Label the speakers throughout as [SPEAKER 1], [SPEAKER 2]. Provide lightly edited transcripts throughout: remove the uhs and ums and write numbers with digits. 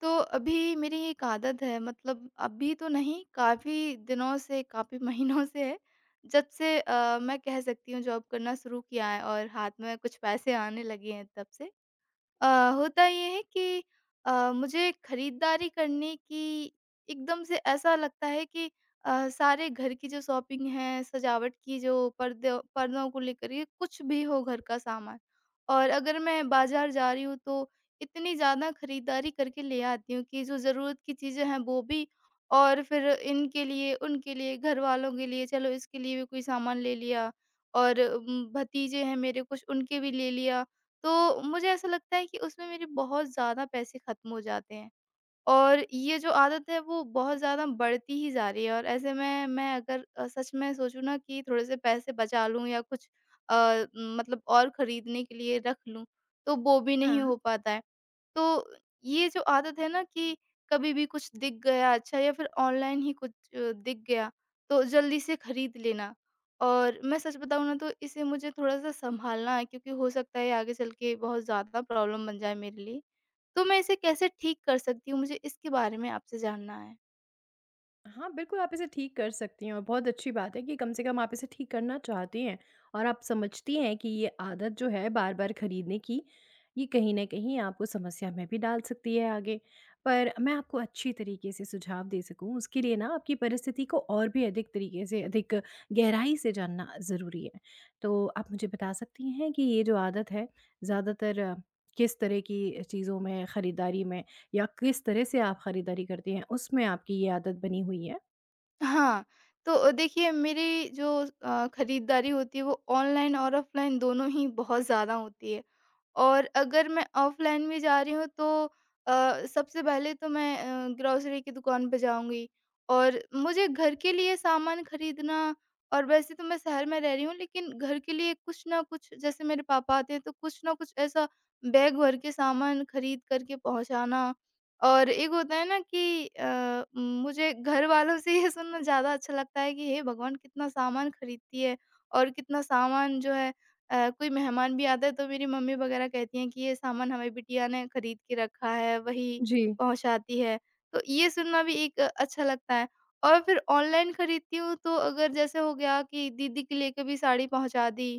[SPEAKER 1] तो अभी मेरी एक आदत है मतलब अभी तो नहीं काफ़ी दिनों से काफ़ी महीनों से है। जब से मैं कह सकती हूँ जॉब करना शुरू किया है और हाथ में कुछ पैसे आने लगे हैं तब से अ, होता ये है कि मुझे खरीदारी करने की एकदम से ऐसा लगता है कि सारे घर की जो शॉपिंग है, सजावट की जो पर्दे पर्दों को लेकर ये कुछ भी हो घर का सामान। और अगर मैं बाज़ार जा रही हूँ तो इतनी ज़्यादा खरीदारी करके ले आती हूँ कि जो ज़रूरत की चीज़ें हैं वो भी, और फिर इनके लिए, उनके लिए, घरवालों के लिए चलो इसके लिए भी कोई सामान ले लिया। और भतीजे हैं मेरे कुछ उनके भी ले लिया। तो मुझे ऐसा लगता है कि उसमें मेरे बहुत ज़्यादा पैसे ख़त्म हो जाते हैं, और ये जो आदत है वो बहुत ज़्यादा बढ़ती ही जा रही है। और ऐसे में मैं अगर सच में सोचूँ ना कि थोड़े से पैसे बचा लूँ या कुछ मतलब और खरीदने के लिए रख लूँ, तो वो भी
[SPEAKER 2] हाँ,
[SPEAKER 1] नहीं हो पाता है। तो ये जो आदत है ना कि कभी भी कुछ दिख गया अच्छा या फिर ऑनलाइन ही कुछ दिख गया तो जल्दी से खरीद लेना, और मैं सच बताऊँ ना तो इसे मुझे थोड़ा-सा सँभालना है क्योंकि हो सकता है आगे चल के बहुत ज़्यादा प्रॉब्लम बन जाए मेरे लिए। तो मैं इसे कैसे ठीक कर सकती हूँ, मुझे इसके बारे में आपसे जानना है?
[SPEAKER 2] हाँ, बिल्कुल आप इसे ठीक कर सकती हैं और बहुत अच्छी बात है कि कम से कम आप इसे ठीक करना चाहती हैं। और आप समझती हैं कि ये आदत जो है बार-बार खरीदने की, ये कहीं न कहीं आपको समस्या में भी डाल सकती है आगे। पर मैं आपको अच्छी तरीके से सुझाव दे सकूँ उसके लिए ना आपकी परिस्थिति को और भी अधिक तरीके से, अधिक गहराई से जानना ज़रूरी है। तो आप मुझे बता सकती हैं कि ये जो आदत है ज़्यादातर किस तरह की चीज़ों में खरीदारी में या किस तरह से आप खरीदारी करती हैं, उसमें आपकी ये आदत बनी हुई है?
[SPEAKER 1] हाँ, तो देखिए मेरी जो खरीदारी होती है वो ऑनलाइन और ऑफ़लाइन दोनों ही बहुत ज़्यादा होती है। और अगर मैं ऑफ़लाइन भी जा रही हूँ तो सबसे पहले तो मैं ग्रोसरी की दुकान पे जाऊँगी और मुझे घर के लिए सामान खरीदना। और वैसे तो मैं शहर में रह रही हूँ लेकिन घर के लिए कुछ ना कुछ, जैसे मेरे पापा आते हैं तो कुछ ना कुछ ऐसा बैग भर के सामान खरीद करके पहुँचाना। और एक होता है ना कि मुझे घर वालों से ये सुनना ज़्यादा अच्छा लगता है कि हे भगवान! कितना सामान खरीदती है, और कितना सामान जो है, कोई मेहमान भी आता है तो मेरी मम्मी वगैरह कहती हैं कि ये सामान हमारी बिटिया ने खरीद के रखा है, वही
[SPEAKER 2] जी।
[SPEAKER 1] पहुँचाती है। तो ये सुनना भी एक अच्छा लगता है। और फिर ऑनलाइन खरीदती हूँ तो अगर जैसे हो गया कि दीदी के लिए कभी साड़ी पहुँचा दी,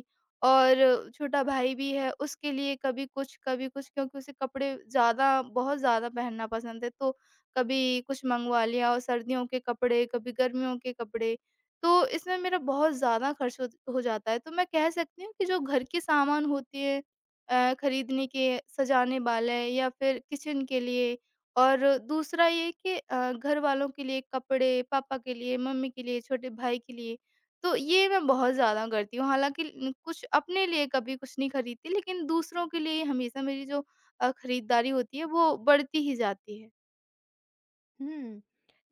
[SPEAKER 1] और छोटा भाई भी है उसके लिए कभी कुछ, कभी कुछ, क्योंकि उसे कपड़े ज़्यादा बहुत ज़्यादा पहनना पसंद है तो कभी कुछ मँगवा लिया, और सर्दियों के कपड़े, कभी गर्मियों के कपड़े। तो इसमें मेरा बहुत ज़्यादा खर्च हो जाता है। तो मैं कह सकती हूँ कि जो घर के सामान होते हैं खरीदने के, सजाने वाले या फिर किचन के लिए, और दूसरा ये कि घर वालों के लिए कपड़े, पापा के लिए, मम्मी के लिए, छोटे भाई के लिए, तो ये मैं बहुत ज़्यादा करती हूँ। हालाँकि ल कुछ अपने लिए कभी कुछ नहीं खरीदती, लेकिन दूसरों के लिए हमेशा मेरी जो खरीदारी होती है, वो बढ़ती ही जाती है।
[SPEAKER 2] हुँ।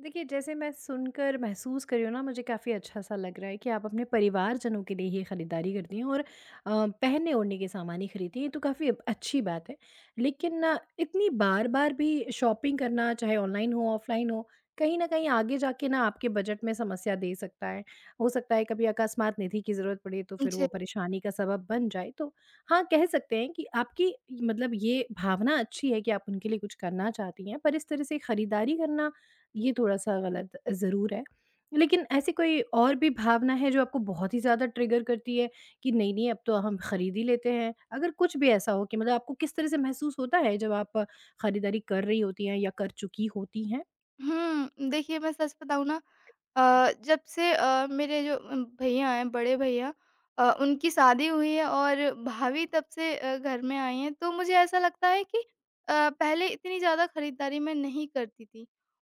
[SPEAKER 2] देखिए, जैसे मैं सुनकर महसूस कर रही हूँ ना, मुझे काफ़ी अच्छा-सा लग रहा है कि आप अपने परिवारजनों के लिए ही खरीदारी करती हैं और पहनने-ओढ़ने के सामान ही खरीदती हैं, ये तो काफ़ी अच्छी बात है। लेकिन इतनी बार-बार भी शॉपिंग करना, चाहे ऑनलाइन हो, ऑफ़लाइन हो, कहीं न कहीं आगे जाके ना आपके बजट में समस्या दे सकता है। हो सकता है कभी अकस्मात निधि की ज़रूरत पड़े, तो फिर
[SPEAKER 1] जी।
[SPEAKER 2] वो परेशानी का सबब बन जाए। तो हाँ, कह सकते हैं कि आपकी मतलब ये भावना अच्छी है कि आप उनके लिए कुछ करना चाहती हैं, पर इस तरह से खरीदारी करना ये थोड़ा-सा गलत ज़रूर है। लेकिन ऐसी कोई और भी भावना है जो आपको बहुत ही ज़्यादा ट्रिगर करती है कि नहीं-नहीं अब तो हम खरीद ही लेते हैं? अगर कुछ भी ऐसा हो कि मतलब आपको किस तरह से महसूस होता है जब आप खरीदारी कर रही होती हैं या कर चुकी होती हैं?
[SPEAKER 1] देखिए मैं सच बताऊँ ना जब से मेरे जो भैया हैं, बड़े भैया, उनकी शादी हुई है और भाभी तब से घर में आई हैं, तो मुझे ऐसा लगता है कि पहले इतनी ज़्यादा खरीदारी मैं नहीं करती थी।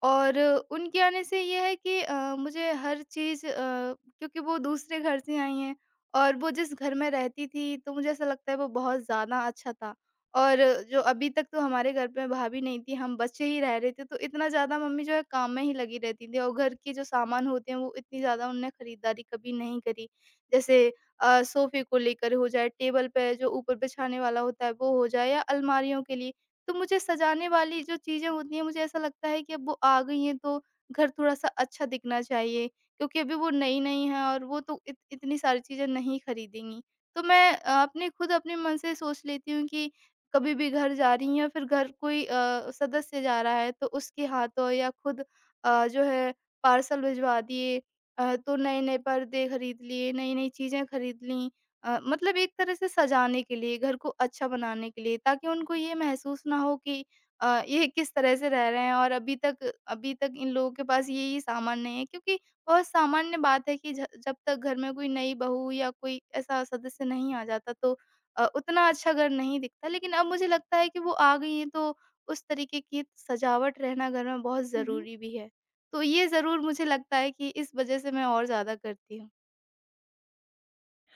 [SPEAKER 1] और उनके आने से ये है कि मुझे हर चीज़ क्योंकि वो दूसरे घर से आई हैं, और वो जिस घर में रहती थी तो मुझे ऐसा लगता है वो बहुत ज़्यादा अच्छा था। और जो अभी तक तो हमारे घर पे भाभी नहीं थी, हम बच्चे ही रह रहे थे, तो इतना ज़्यादा मम्मी जो है काम में ही लगी रहती थी और घर के जो सामान होते हैं वो इतनी ज़्यादा उन्होंने खरीदारी कभी नहीं करी। जैसे सोफ़े को लेकर हो जाए, टेबल पे जो ऊपर बिछाने वाला होता है वो हो जाए या अलमारियों के लिए, तो मुझे सजाने वाली जो चीज़ें होती हैं, मुझे ऐसा लगता है कि अब वो आ गई हैं तो घर थोड़ा-सा अच्छा दिखना चाहिए, क्योंकि अभी वो नई-नई हैं और वो तो इत इतनी सारी चीज़ें नहीं खरीदेंगी। तो मैं अपने मन से सोच लेती हूँ कि कभी भी घर जा रही हूँ या फिर घर कोई सदस्य जा रहा है तो उसके हाथों या खुद जो है पार्सल भिजवा दिए, तो नए-नए पर्दे खरीद लिए, नई-नई चीज़ें खरीद लीं। मतलब एक तरह से सजाने के लिए, घर को अच्छा बनाने के लिए ताकि उनको ये महसूस ना हो कि ये किस तरह से रह रहे हैं और अभी तक इन लोगों के पास ये-ये सामान नहीं है। क्योंकि बहुत सामान्य बात है कि झ जब तक घर में कोई नई बहू या कोई ऐसा सदस्य नहीं आ जाता तो उतना अच्छा घर नहीं दिखता। लेकिन अब मुझे लगता है कि वो आ गई हैं तो उस तरीके की सजावट रहना घर में बहुत ज़रूरी भी है। तो ये ज़रूर मुझे लगता है कि इस वज़ह से मैं और ज़्यादा करती हूँ।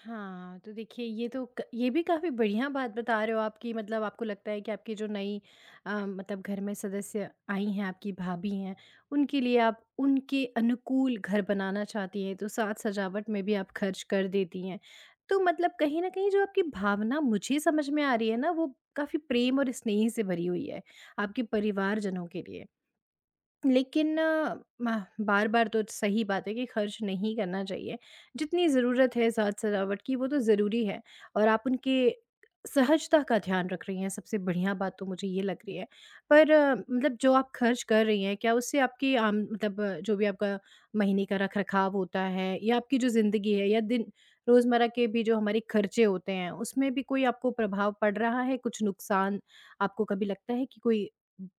[SPEAKER 2] हाँ, तो देखिए ये तो क ये भी काफ़ी बढ़िया बात बता रहे हो आप कि मतलब आपको लगता है कि आपकी जो नई मतलब घर में सदस्य आई हैं, आपकी भाभी हैं, उनके लिए आप उनके अनुकूल घर बनाना चाहती हैं, तो साज-सजावट में भी आप खर्च कर देती हैं। तो मतलब कहीं न कहीं जो आपकी भावना मुझे समझ में आ रही है ना, वो काफ़ी प्रेम और स्नेह से भरी हुई है, आपके परिवारजनों के लिए। लेकिन म बार-बार तो सही बात है कि खर्च नहीं करना चाहिए। जितनी ज़रूरत है साज-सजावट की वो तो ज़रूरी है, और आप उनके सहजता का ध्यान रख रही हैं, सबसे बढ़िया बात तो मुझे ये लग रही है। पर मतलब जो आप खर्च कर रही हैं, क्या उससे आपकी आम मतलब जो भी आपका महीने का रख-रखाव होता है या आपकी जो ज़िंदगी है या दिन रोज़मर्रा के भी जो हमारे खर्चे होते हैं, उसमें भी कोई आपको प्रभाव पड़ रहा है? कुछ नुकसान आपको कभी लगता है कि कोई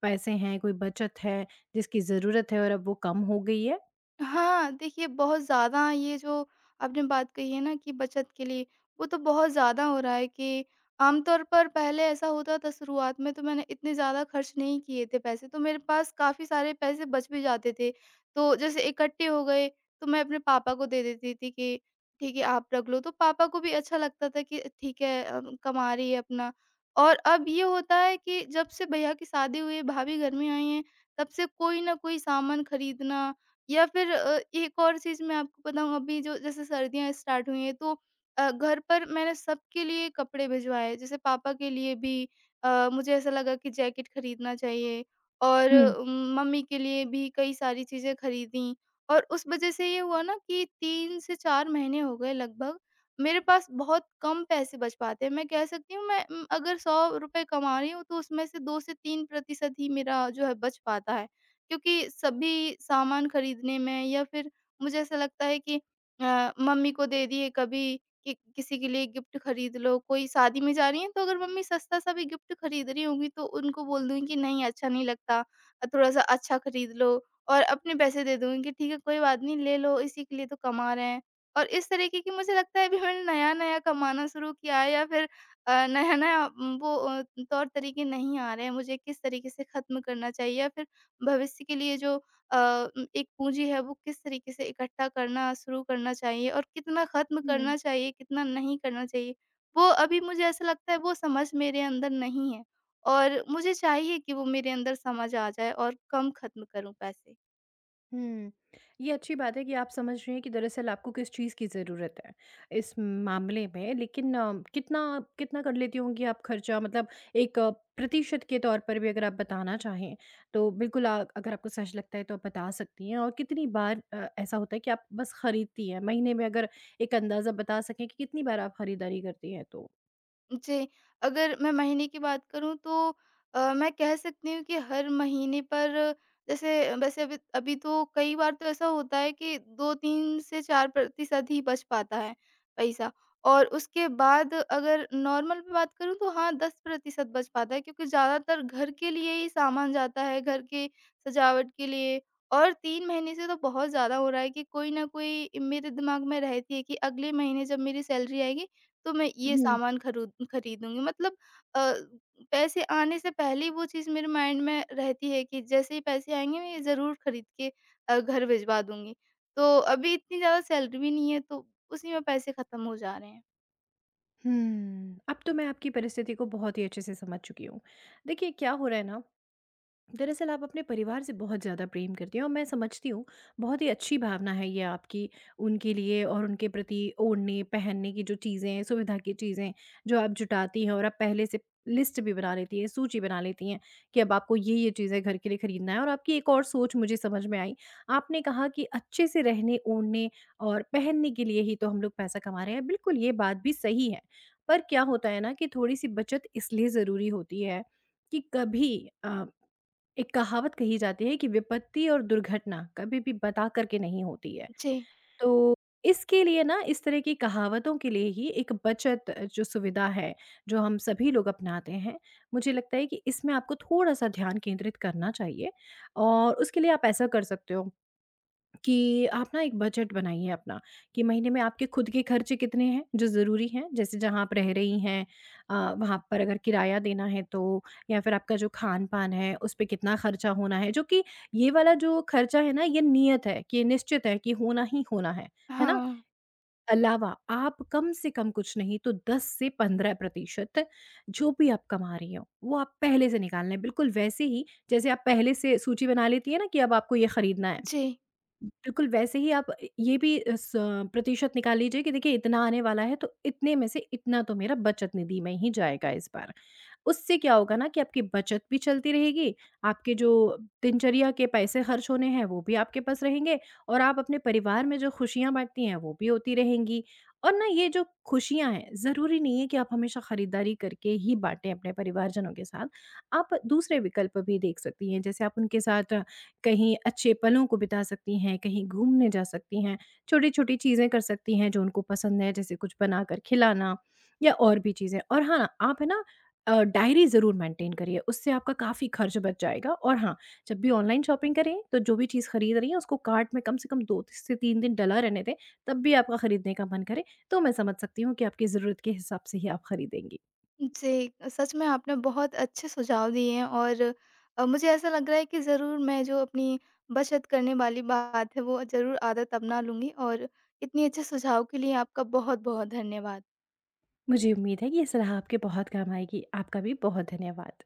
[SPEAKER 2] पैसे हैं, कोई बचत है जिसकी ज़रूरत है और अब वो कम हो गई है?
[SPEAKER 1] हाँ, देखिए बहुत ज़्यादा ये जो आपने बात कही है ना कि बचत के लिए, वो तो बहुत ज़्यादा हो रहा है कि आमतौर पर पहले ऐसा होता था। शुरुआत में तो मैंने इतने ज़्यादा खर्च नहीं किए थे पैसे, तो मेरे पास काफ़ी सारे पैसे बच भी जाते थे। तो जैसे इकट्ठे हो गए तो मैं अपने पापा को दे देती थी कि ठीक है आप रख लो, तो पापा को भी अच्छा लगता था कि ठीक है, कमा रही है अपना। और अब ये होता है कि जब से भैया की शादी हुई है, भाभी घर में आई हैं, तब से कोई न कोई सामान खरीदना, या फिर एक और चीज़ मैं आपको बताऊँ, अभी जो जैसे सर्दियाँ स्टार्ट हुई हैं तो घर पर मैंने सबके लिए कपड़े भिजवाए, जैसे पापा के लिए भी मुझे ऐसा लगा कि जैकेट खरीदना चाहिए, और
[SPEAKER 2] हुँ।
[SPEAKER 1] मम्मी के लिए भी कई सारी चीज़ें खरीदी। और उस वजह से ये हुआ ना कि 3 से 4 महीने हो गए लगभग, मेरे पास बहुत कम पैसे बच पाते हैं। मैं कह सकती हूँ मैं अगर ₹100 कमा रही हूँ तो उसमें से 2 से 3% ही मेरा जो है बच पाता है। क्योंकि सभी सामान खरीदने में या फिर मुझे ऐसा लगता है कि मम्मी को दे दिए कभी कि किसी के लिए गिफ्ट खरीद लो, कोई शादी में जा रही हैं तो अगर मम्मी सस्ता-सा भी गिफ्ट खरीद रही होंगी तो उनको बोल दूँगी कि नहीं अच्छा नहीं लगता, थोड़ा-सा अच्छा खरीद लो, और अपने पैसे दे दूँगी कि ठीक है कोई बात नहीं ले लो, इसी के लिए तो कमा रहे हैं। और इस तरीके की मुझे लगता है अभी मैंने नया-नया कमाना शुरू किया है, या फिर नया-नया तौर तरीके नहीं आ रहे हैं मुझे किस तरीके से खत्म करना चाहिए या फिर भविष्य के लिए जो अ, एक पूँजी है वो किस तरीके से इकट्ठा करना शुरू करना चाहिए और कितना ख़त्म
[SPEAKER 2] हुँ,
[SPEAKER 1] करना चाहिए, कितना नहीं करना चाहिए। वो अभी मुझे ऐसा लगता है वो समझ मेरे अंदर नहीं है, और मुझे चाहिए कि वो मेरे अंदर समझ आ जाए और कम ख़त्म करूँ पैसे।
[SPEAKER 2] हुँ। ये अच्छी बात है कि आप समझ रही हैं कि दरअसल आपको किस चीज़ की ज़रूरत है, इस मामले में। लेकिन कितना कितना कर लेती होंगी आप खर्चा? मतलब एक प्रतिशत के तौर पर भी अगर आप बताना चाहें, तो बिल्कुल अगर आपको सच लगता है तो आप बता सकती हैं। और कितनी बार ऐसा होता है कि आप बस खरीदती हैं? महीने में अगर एक अंदाज़ा बता सकें कि कितनी बार आप खरीदारी करती हैं
[SPEAKER 1] जी, अगर मैं महीने की बात करूँ तो मैं कह सकती हूँ कि हर महीने पर जैसे वैसे अभी अभी तो कई बार तो ऐसा होता है कि 2-3 से 4% ही बच पाता है पैसा, और उसके बाद अगर नॉर्मल में बात करूँ तो हाँ 10% बच पाता है, क्योंकि ज़्यादातर घर के लिए ही सामान जाता है, घर के सजावट के लिए। और 3 महीने से तो बहुत ज़्यादा हो रहा है कि कोई ना कोई मेरे दिमाग में रहती है कि अगले महीने जब मेरी सैलरी आएगी तो मैं ये
[SPEAKER 2] तो?
[SPEAKER 1] सामान खरूद खरीदूँगी। मतलब अ, पैसे आने से पहले ही वो चीज़ मेरे माइंड में रहती है कि जैसे ही पैसे आएँगे मैं ये ज़रूर खरीद के घर भिजवा दूँगी। तो अभी इतनी ज़्यादा सैलरी भी नहीं है तो उसी में पैसे ख़त्म हो जा रहे हैं।
[SPEAKER 2] अब तो मैं आपकी परिस्थिति को बहुत ही अच्छे से समझ चुकी हूँ। देखिए क्या हो रहा है ना, दरअसल आप अपने परिवार से बहुत ज़्यादा प्रेम करती हैं, और मैं समझती हूँ बहुत ही अच्छी भावना है ये आपकी उनके लिए, और उनके प्रति ओढ़ने पहनने की जो चीज़ें हैं, सुविधा की चीज़ें जो आप जुटाती हैं, और आप पहले से लिस्ट भी बना लेती हैं, सूची बना लेती हैं कि अब आपको ये चीज़ें घर के लिए खरीदना है। और आपकी एक और सोच मुझे समझ में आई। आपने कहा कि अच्छे से रहने ओढ़ने और पहनने के लिए ही तो हम लोग पैसा कमा रहे हैं, बिल्कुल ये बात भी सही है। पर क्या होता है ना कि थोड़ी सी बचत इसलिए ज़रूरी होती है, कि कभी एक कहावत कही जाती है कि विपत्ति और दुर्घटना कभी भी बता करके नहीं होती है।
[SPEAKER 1] जी।
[SPEAKER 2] तो इसके लिए ना, इस तरह की कहावतों के लिए ही एक बचत जो सुविधा है, जो हम सभी लोग अपनाते हैं, मुझे लगता है कि इसमें आपको थोड़ा-सा ध्यान केंद्रित करना चाहिए, और उसके लिए आप ऐसा कर सकते हो। कि आप ना एक बजट बनाइए अपना, कि महीने में आपके खुद के खर्चे कितने हैं जो ज़रूरी हैं, जैसे जहाँ आप रह रही हैं वहाँ पर अगर किराया देना है तो, या फिर आपका जो खान पान है उस पे कितना खर्चा होना है, जो कि ये वाला जो खर्चा है ना ये नियत है, कि ये निश्चित है कि होना ही होना है ना।
[SPEAKER 1] हाँ।
[SPEAKER 2] अलावा आप कम से कम कुछ नहीं तो 10 से 15 प्रतिशत जो भी आप कमा रही हो वो आप पहले से निकाल लें, बिल्कुल वैसे ही जैसे आप पहले से सूची बना लेती है ना कि अब आपको ये खरीदना है।
[SPEAKER 1] जी।
[SPEAKER 2] बिल्कुल वैसे ही आप ए ये भी इस प्रतिशत निकाल लीजिए कि देखिए इतना आने वाला है, तो इतने में से इतना तो मेरा बचत निधि में ही जाएगा इस बार। उससे क्या होगा ना कि आपकी बचत भी चलती रहेगी, आपके जो दिनचर्या के पैसे खर्च होने हैं वो भी आपके पास रहेंगे, और आप अपने परिवार में जो खुशियाँ बाँटती हैं वो भी होती रहेंगी। और ना ये जो खुशियाँ हैं, ज़रूरी नहीं है कि आप हमेशा खरीदारी करके ही बाँटें अपने परिवारजनों के साथ। आप दूसरे विकल्प भी देख सकती हैं, जैसे आप उनके साथ कहीं अच्छे पलों को बिता सकती हैं, कहीं घूमने जा सकती हैं, छोटी-छोटी चीज़ें कर सकती हैं जो उनको पसंद है, जैसे कुछ बनाकर खिलाना या और भी चीज़ें। और हाँ, आप है ना डायरी ज़रूर मेंटेन करिए, उससे आपका काफ़ी खर्च बच जाएगा। और हाँ, जब भी ऑनलाइन शॉपिंग करें, तो जो भी चीज़ खरीद रही हैं, उसको कार्ट में कम से कम 2 त से 3 दिन डला रहने दें, तब भी आपका खरीदने का मन करे, तो मैं समझ सकती हूँ कि आपकी ज़रूरत के हिसाब से ही आप खरीदेंगी।
[SPEAKER 1] जी, सच में आपने बहुत अच्छे सुझाव दिए हैं, और मुझे ऐसा लग रहा है कि ज़रूर मैं जो अपनी बचत करने वाली बात है वो ज़रूर आदत अपना लूँगी। और इतने अच्छे सुझाव के लिए आपका बहुत-बहुत धन्यवाद।
[SPEAKER 2] मुझे उम्मीद है कि ये सलाह आपके बहुत काम आएगी। आपका भी बहुत धन्यवाद।